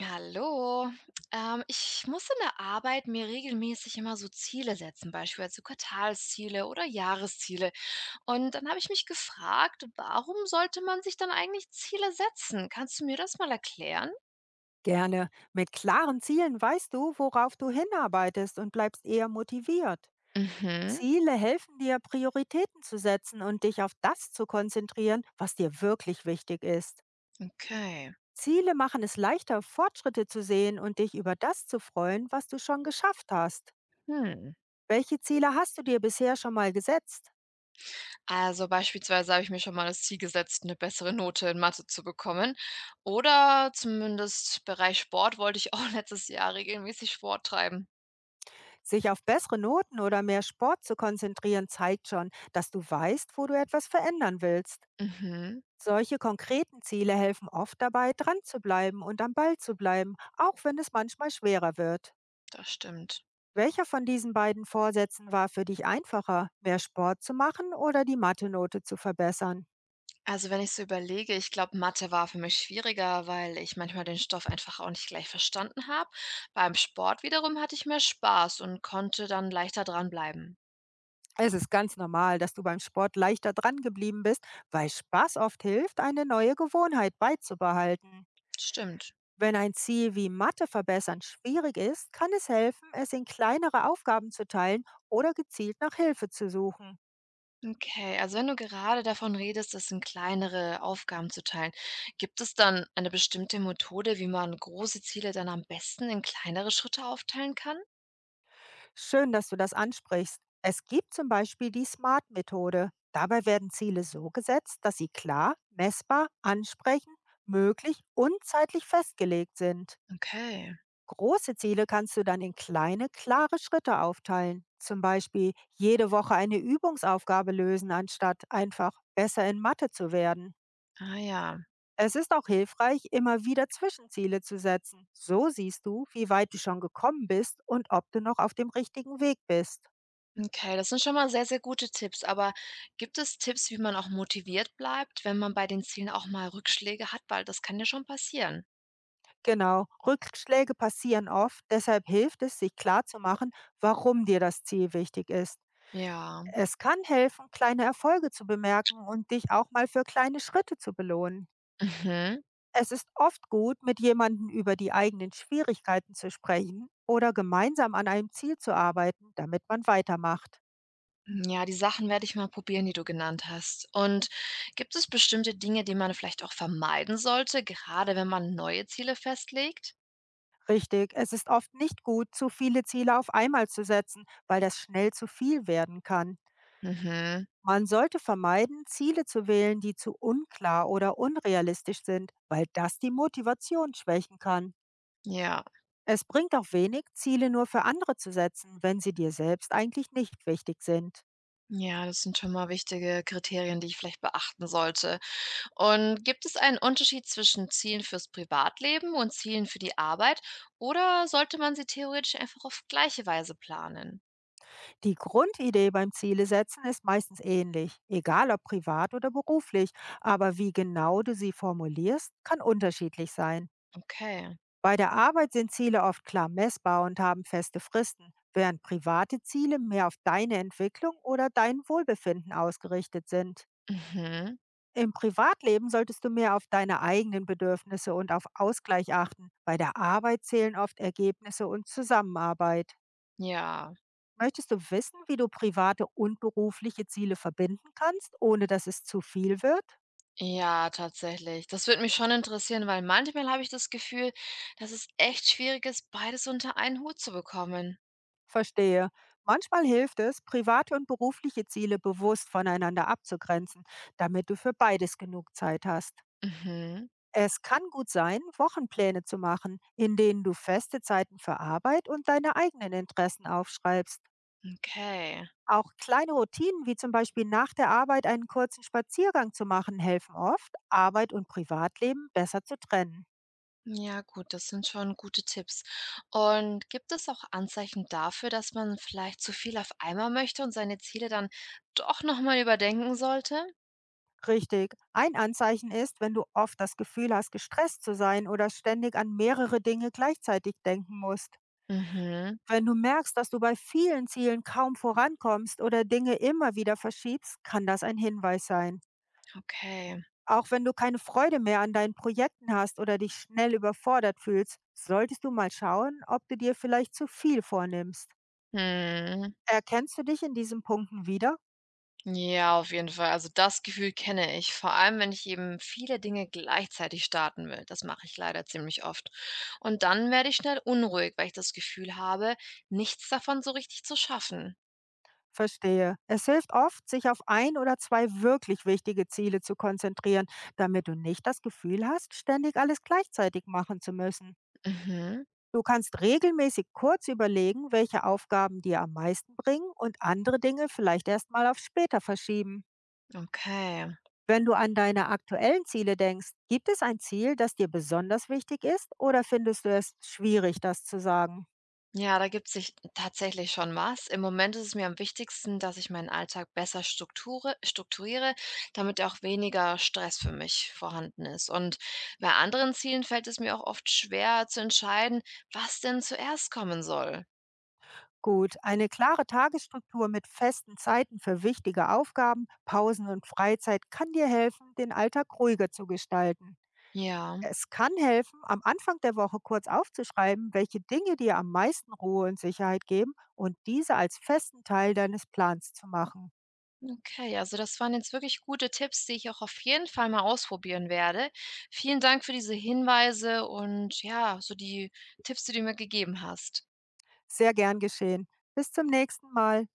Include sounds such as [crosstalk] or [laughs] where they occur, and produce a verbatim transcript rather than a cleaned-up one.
Hallo. Ähm, ich muss in der Arbeit mir regelmäßig immer so Ziele setzen, beispielsweise Quartalsziele oder Jahresziele. Und dann habe ich mich gefragt, warum sollte man sich dann eigentlich Ziele setzen? Kannst du mir das mal erklären? Gerne. Mit klaren Zielen weißt du, worauf du hinarbeitest und bleibst eher motiviert. Mhm. Ziele helfen dir, Prioritäten zu setzen und dich auf das zu konzentrieren, was dir wirklich wichtig ist. Okay. Ziele machen es leichter, Fortschritte zu sehen und dich über das zu freuen, was du schon geschafft hast. Hm. Welche Ziele hast du dir bisher schon mal gesetzt? Also beispielsweise habe ich mir schon mal das Ziel gesetzt, eine bessere Note in Mathe zu bekommen. Oder zumindest Bereich Sport wollte ich [laughs] auch letztes Jahr regelmäßig Sport treiben. Sich auf bessere Noten oder mehr Sport zu konzentrieren zeigt schon, dass du weißt, wo du etwas verändern willst. Mhm, Solche konkreten Ziele helfen oft dabei, dran zu bleiben und am Ball zu bleiben, auch wenn es manchmal schwerer wird. das stimmt. Welcher von diesen beiden Vorsätzen war für dich einfacher, mehr Sport zu machen oder die Mathe-Note zu verbessern? Also, wenn ich so überlege, ich glaube, Mathe war für mich schwieriger, weil ich manchmal den Stoff einfach auch nicht gleich verstanden habe. Beim Sport wiederum hatte ich mehr Spaß und konnte dann leichter dranbleiben. Es ist ganz normal, dass du beim Sport leichter dran geblieben bist, weil Spaß oft hilft, eine neue Gewohnheit beizubehalten. Stimmt. Wenn ein Ziel wie Mathe verbessern schwierig ist, kann es helfen, es in kleinere Aufgaben zu teilen oder gezielt nach Hilfe zu suchen. Okay, also wenn du gerade davon redest, das in kleinere Aufgaben zu teilen, gibt es dann eine bestimmte Methode, wie man große Ziele dann am besten in kleinere Schritte aufteilen kann? Schön, dass du das ansprichst. Es gibt zum Beispiel die SMART-Methode. Dabei werden Ziele so gesetzt, dass sie klar, messbar, ansprechend, möglich und zeitlich festgelegt sind. Okay, Große Ziele kannst du dann in kleine, klare Schritte aufteilen. Zum Beispiel jede Woche eine Übungsaufgabe lösen, anstatt einfach besser in Mathe zu werden. ah ja. Es ist auch hilfreich, immer wieder Zwischenziele zu setzen. So siehst du, wie weit du schon gekommen bist und ob du noch auf dem richtigen Weg bist. Okay, das sind schon mal sehr, sehr gute Tipps. Aber gibt es Tipps, wie man auch motiviert bleibt, wenn man bei den Zielen auch mal Rückschläge hat? Weil das kann ja schon passieren. Genau, Rückschläge passieren oft, deshalb hilft es, sich klarzumachen, warum dir das Ziel wichtig ist. Ja. Es kann helfen, kleine Erfolge zu bemerken und dich auch mal für kleine Schritte zu belohnen. Mhm. Es ist oft gut, mit jemandem über die eigenen Schwierigkeiten zu sprechen oder gemeinsam an einem Ziel zu arbeiten, damit man weitermacht. Ja, die Sachen werde ich mal probieren, die du genannt hast. Und gibt es bestimmte Dinge, die man vielleicht auch vermeiden sollte, gerade wenn man neue Ziele festlegt? Richtig, es ist oft nicht gut, zu viele Ziele auf einmal zu setzen, weil das schnell zu viel werden kann. Mhm. Man sollte vermeiden, Ziele zu wählen, die zu unklar oder unrealistisch sind, weil das die Motivation schwächen kann. Ja. Es bringt auch wenig, Ziele nur für andere zu setzen, wenn sie dir selbst eigentlich nicht wichtig sind. Ja, das sind schon mal wichtige Kriterien, die ich vielleicht beachten sollte. Und gibt es einen Unterschied zwischen Zielen fürs Privatleben und Zielen für die Arbeit oder sollte man sie theoretisch einfach auf gleiche Weise planen? Die Grundidee beim Ziele setzen ist meistens ähnlich, egal ob privat oder beruflich, aber wie genau du sie formulierst, kann unterschiedlich sein. Okay. Bei der Arbeit sind Ziele oft klar messbar und haben feste Fristen, während private Ziele mehr auf deine Entwicklung oder dein Wohlbefinden ausgerichtet sind. Mhm. Im Privatleben solltest du mehr auf deine eigenen Bedürfnisse und auf Ausgleich achten. Bei der Arbeit zählen oft Ergebnisse und Zusammenarbeit. Ja, Möchtest du wissen, wie du private und berufliche Ziele verbinden kannst, ohne dass es zu viel wird? ja, tatsächlich. Das würde mich schon interessieren, weil manchmal habe ich das Gefühl, dass es echt schwierig ist, beides unter einen Hut zu bekommen. Verstehe. Manchmal hilft es, private und berufliche Ziele bewusst voneinander abzugrenzen, damit du für beides genug Zeit hast. Mhm. Es kann gut sein, Wochenpläne zu machen, in denen du feste Zeiten für Arbeit und deine eigenen Interessen aufschreibst. Okay. Auch kleine Routinen wie zum Beispiel nach der Arbeit einen kurzen Spaziergang zu machen helfen oft, Arbeit und Privatleben besser zu trennen. Ja gut, das sind schon gute Tipps. Und gibt es auch Anzeichen dafür, dass man vielleicht zu viel auf einmal möchte und seine Ziele dann doch nochmal überdenken sollte? Richtig. Ein Anzeichen ist, wenn du oft das Gefühl hast, gestresst zu sein oder ständig an mehrere Dinge gleichzeitig denken musst. Mhm, Wenn du merkst, dass du bei vielen Zielen kaum vorankommst oder Dinge immer wieder verschiebst, kann das ein Hinweis sein. okay. Auch wenn du keine Freude mehr an deinen Projekten hast oder dich schnell überfordert fühlst, solltest du mal schauen, ob du dir vielleicht zu viel vornimmst. Hm. Erkennst du dich in diesen Punkten wieder? Ja, auf jeden Fall. Also das Gefühl kenne ich, vor allem wenn ich eben viele Dinge gleichzeitig starten will. Das mache ich leider ziemlich oft. Und dann werde ich schnell unruhig, weil ich das Gefühl habe, nichts davon so richtig zu schaffen. Verstehe. Es hilft oft, sich auf ein oder zwei wirklich wichtige Ziele zu konzentrieren, damit du nicht das Gefühl hast, ständig alles gleichzeitig machen zu müssen. Mhm, Du kannst regelmäßig kurz überlegen, welche Aufgaben dir am meisten bringen und andere Dinge vielleicht erst mal auf später verschieben. okay. Wenn du an deine aktuellen Ziele denkst, gibt es ein Ziel, das dir besonders wichtig ist oder findest du es schwierig, das zu sagen? Ja, da gibt sich tatsächlich schon was. Im Moment ist es mir am wichtigsten, dass ich meinen Alltag besser strukture, strukturiere, damit auch weniger Stress für mich vorhanden ist. Und bei anderen Zielen fällt es mir auch oft schwer zu entscheiden, was denn zuerst kommen soll. Gut, eine klare Tagesstruktur mit festen Zeiten für wichtige Aufgaben, Pausen und Freizeit kann dir helfen, den Alltag ruhiger zu gestalten. Ja, Es kann helfen, am Anfang der Woche kurz aufzuschreiben, welche Dinge dir am meisten Ruhe und Sicherheit geben und diese als festen Teil deines Plans zu machen. okay. Also das waren jetzt wirklich gute Tipps, die ich auch auf jeden Fall mal ausprobieren werde. Vielen Dank für diese Hinweise und ja, so die Tipps, die du mir gegeben hast. Sehr gern geschehen. Bis zum nächsten Mal.